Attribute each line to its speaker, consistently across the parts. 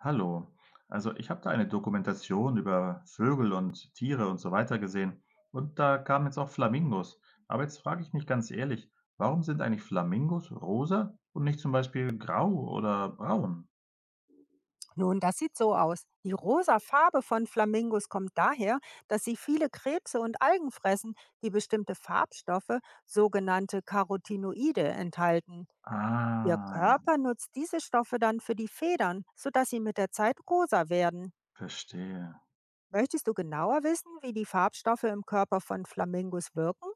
Speaker 1: Hallo. Also ich habe da eine Dokumentation über Vögel und Tiere und so weiter gesehen. Und da kamen jetzt auch Flamingos. Aber jetzt frage ich mich ganz ehrlich, warum sind eigentlich Flamingos rosa und nicht zum Beispiel grau oder braun?
Speaker 2: Nun, das sieht so aus. Die rosa Farbe von Flamingos kommt daher, dass sie viele Krebse und Algen fressen, die bestimmte Farbstoffe, sogenannte Carotinoide, enthalten. Ihr
Speaker 1: Ah,
Speaker 2: Körper nutzt diese Stoffe dann für die Federn, sodass sie mit der Zeit rosa werden.
Speaker 1: verstehe.
Speaker 2: Möchtest du genauer wissen, wie die Farbstoffe im Körper von Flamingos wirken?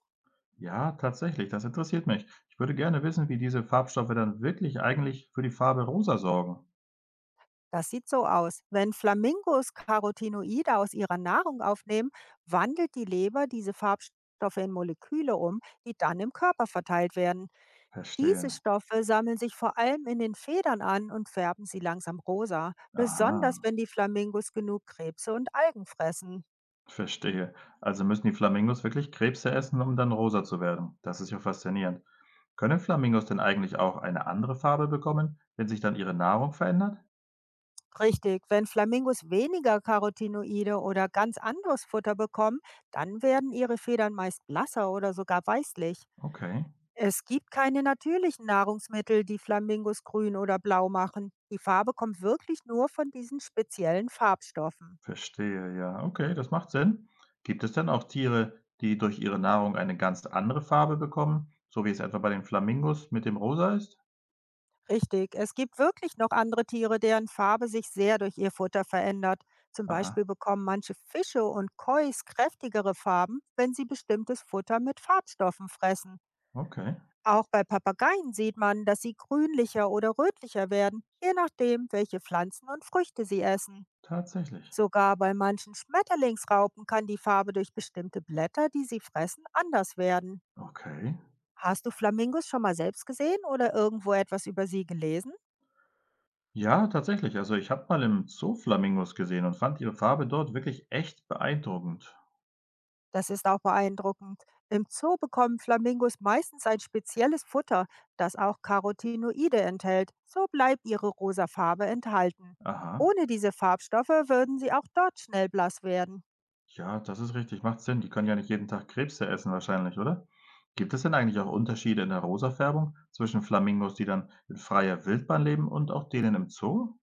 Speaker 1: Ja, tatsächlich, das interessiert mich. Ich würde gerne wissen, wie diese Farbstoffe dann wirklich eigentlich für die Farbe rosa sorgen.
Speaker 2: Das sieht so aus. Wenn Flamingos Carotinoide aus ihrer Nahrung aufnehmen, wandelt die Leber diese Farbstoffe in Moleküle um, die dann im Körper verteilt werden. Diese
Speaker 1: Verstehe.
Speaker 2: Stoffe sammeln sich vor allem in den Federn an und färben sie langsam rosa, besonders
Speaker 1: Aha,
Speaker 2: wenn die Flamingos genug Krebse und Algen fressen.
Speaker 1: verstehe. Also müssen die Flamingos wirklich Krebse essen, um dann rosa zu werden. Das ist ja faszinierend. Können Flamingos denn eigentlich auch eine andere Farbe bekommen, wenn sich dann ihre Nahrung verändert?
Speaker 2: Richtig, wenn Flamingos weniger Carotinoide oder ganz anderes Futter bekommen, dann werden ihre Federn meist blasser oder sogar weißlich.
Speaker 1: Okay,
Speaker 2: Es gibt keine natürlichen Nahrungsmittel, die Flamingos grün oder blau machen. Die Farbe kommt wirklich nur von diesen speziellen Farbstoffen.
Speaker 1: verstehe, ja. Okay, das macht Sinn. Gibt es denn auch Tiere, die durch ihre Nahrung eine ganz andere Farbe bekommen, so wie es etwa bei den Flamingos mit dem Rosa ist?
Speaker 2: Richtig, es gibt wirklich noch andere Tiere, deren Farbe sich sehr durch ihr Futter verändert. Zum
Speaker 1: Aha,
Speaker 2: Beispiel bekommen manche Fische und Kois kräftigere Farben, wenn sie bestimmtes Futter mit Farbstoffen fressen.
Speaker 1: okay,
Speaker 2: Auch bei Papageien sieht man, dass sie grünlicher oder rötlicher werden, je nachdem, welche Pflanzen und Früchte sie essen.
Speaker 1: tatsächlich.
Speaker 2: Sogar bei manchen Schmetterlingsraupen kann die Farbe durch bestimmte Blätter, die sie fressen, anders werden.
Speaker 1: Okay.
Speaker 2: Hast du Flamingos schon mal selbst gesehen oder irgendwo etwas über sie gelesen?
Speaker 1: Ja, tatsächlich. Also ich habe mal im Zoo Flamingos gesehen und fand ihre Farbe dort wirklich echt beeindruckend.
Speaker 2: Das ist auch beeindruckend. Im Zoo bekommen Flamingos meistens ein spezielles Futter, das auch Carotinoide enthält. So bleibt ihre rosa Farbe enthalten.
Speaker 1: Aha.
Speaker 2: Ohne diese Farbstoffe würden sie auch dort schnell blass werden.
Speaker 1: Ja, das ist richtig, macht Sinn. Die können ja nicht jeden Tag Krebse essen wahrscheinlich, oder? Gibt es denn eigentlich auch Unterschiede in der Rosafärbung zwischen Flamingos, die dann in freier Wildbahn leben und auch denen im Zoo?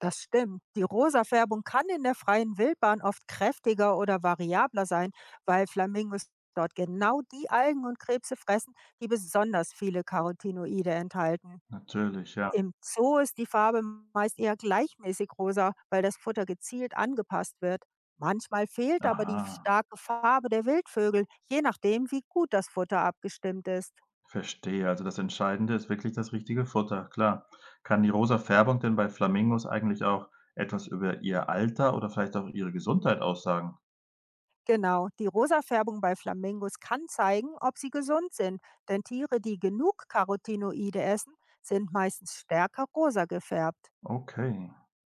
Speaker 2: Das stimmt. Die Rosafärbung kann in der freien Wildbahn oft kräftiger oder variabler sein, weil Flamingos dort genau die Algen und Krebse fressen, die besonders viele Carotinoide enthalten.
Speaker 1: Natürlich, ja.
Speaker 2: Im Zoo ist die Farbe meist eher gleichmäßig rosa, weil das Futter gezielt angepasst wird. Manchmal fehlt aber die
Speaker 1: Aha,
Speaker 2: starke Farbe der Wildvögel, je nachdem, wie gut das Futter abgestimmt ist.
Speaker 1: verstehe. Also das Entscheidende ist wirklich das richtige Futter, klar. Kann die rosa Färbung denn bei Flamingos eigentlich auch etwas über ihr Alter oder vielleicht auch ihre Gesundheit aussagen?
Speaker 2: Genau, die Rosafärbung bei Flamingos kann zeigen, ob sie gesund sind, denn Tiere, die genug Carotinoide essen, sind meistens stärker rosa gefärbt.
Speaker 1: Okay,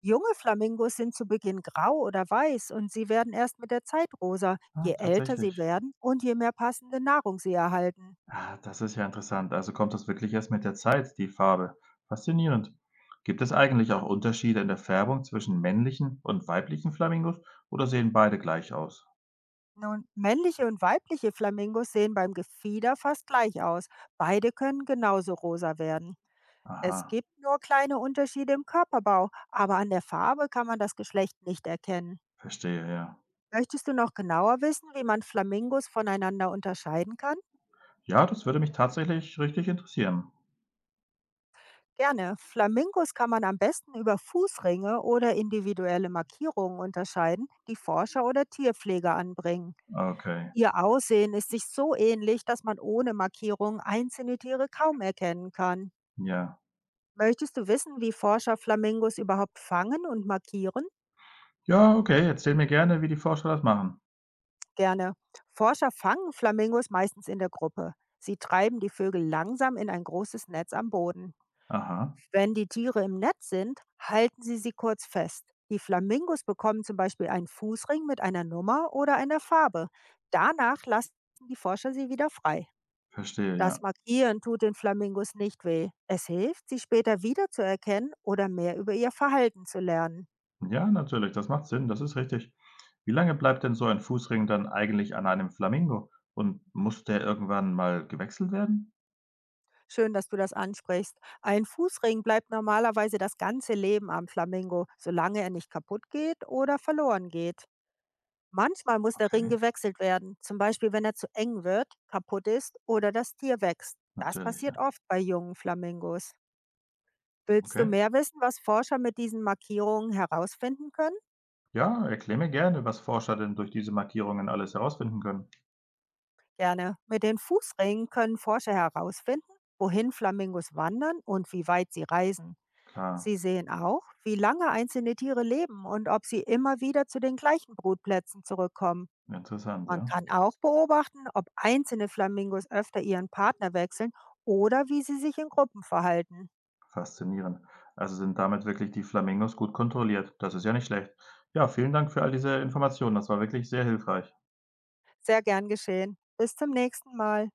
Speaker 2: Junge Flamingos sind zu Beginn grau oder weiß und sie werden erst mit der Zeit rosa,
Speaker 1: ah,
Speaker 2: je älter sie
Speaker 1: tatsächlich.
Speaker 2: werden und je mehr passende Nahrung sie erhalten.
Speaker 1: Ah, das ist ja interessant. Also kommt das wirklich erst mit der Zeit, die Farbe. Faszinierend. Gibt es eigentlich auch Unterschiede in der Färbung zwischen männlichen und weiblichen Flamingos oder sehen beide gleich aus?
Speaker 2: Nun, männliche und weibliche Flamingos sehen beim Gefieder fast gleich aus. Beide können genauso rosa werden.
Speaker 1: Aha,
Speaker 2: Es gibt nur kleine Unterschiede im Körperbau, aber an der Farbe kann man das Geschlecht nicht erkennen.
Speaker 1: verstehe, ja.
Speaker 2: Möchtest du noch genauer wissen, wie man Flamingos voneinander unterscheiden kann?
Speaker 1: Ja, das würde mich tatsächlich richtig interessieren.
Speaker 2: Gerne. Flamingos kann man am besten über Fußringe oder individuelle Markierungen unterscheiden, die Forscher oder Tierpfleger anbringen.
Speaker 1: Okay,
Speaker 2: Ihr Aussehen ist sich so ähnlich, dass man ohne Markierung einzelne Tiere kaum erkennen kann.
Speaker 1: ja.
Speaker 2: Möchtest du wissen, wie Forscher Flamingos überhaupt fangen und markieren?
Speaker 1: Ja, okay, erzähl mir gerne, wie die Forscher das machen.
Speaker 2: Gerne. Forscher fangen Flamingos meistens in der Gruppe. Sie treiben die Vögel langsam in ein großes Netz am Boden.
Speaker 1: Aha,
Speaker 2: Wenn die Tiere im Netz sind, halten sie sie kurz fest. Die Flamingos bekommen zum Beispiel einen Fußring mit einer Nummer oder einer Farbe. Danach lassen die Forscher sie wieder frei.
Speaker 1: verstehe,
Speaker 2: Das
Speaker 1: ja.
Speaker 2: Markieren tut den Flamingos nicht weh. Es hilft, sie später wiederzuerkennen oder mehr über ihr Verhalten zu lernen.
Speaker 1: Ja, natürlich, das macht Sinn, das ist richtig. Wie lange bleibt denn so ein Fußring dann eigentlich an einem Flamingo? Und muss der irgendwann mal gewechselt werden?
Speaker 2: Schön, dass du das ansprichst. Ein Fußring bleibt normalerweise das ganze Leben am Flamingo, solange er nicht kaputt geht oder verloren geht. Manchmal muss der Ring
Speaker 1: Okay.
Speaker 2: gewechselt werden, zum Beispiel wenn er zu eng wird, kaputt ist oder das Tier wächst. Das
Speaker 1: Natürlich, ja.
Speaker 2: passiert oft bei jungen Flamingos. Willst du
Speaker 1: Okay.
Speaker 2: mehr wissen, was Forscher mit diesen Markierungen herausfinden können?
Speaker 1: Ja, erkläre mir gerne, was Forscher denn durch diese Markierungen alles herausfinden können.
Speaker 2: Gerne. Mit den Fußringen können Forscher herausfinden, wohin Flamingos wandern und wie weit sie reisen.
Speaker 1: Klar,
Speaker 2: Sie sehen auch, wie lange einzelne Tiere leben und ob sie immer wieder zu den gleichen Brutplätzen zurückkommen.
Speaker 1: interessant,
Speaker 2: Man
Speaker 1: ja.
Speaker 2: kann auch beobachten, ob einzelne Flamingos öfter ihren Partner wechseln oder wie sie sich in Gruppen verhalten.
Speaker 1: Faszinierend. Also sind damit wirklich die Flamingos gut kontrolliert. Das ist ja nicht schlecht. Ja, vielen Dank für all diese Informationen. Das war wirklich sehr hilfreich.
Speaker 2: Sehr gern geschehen. Bis zum nächsten Mal.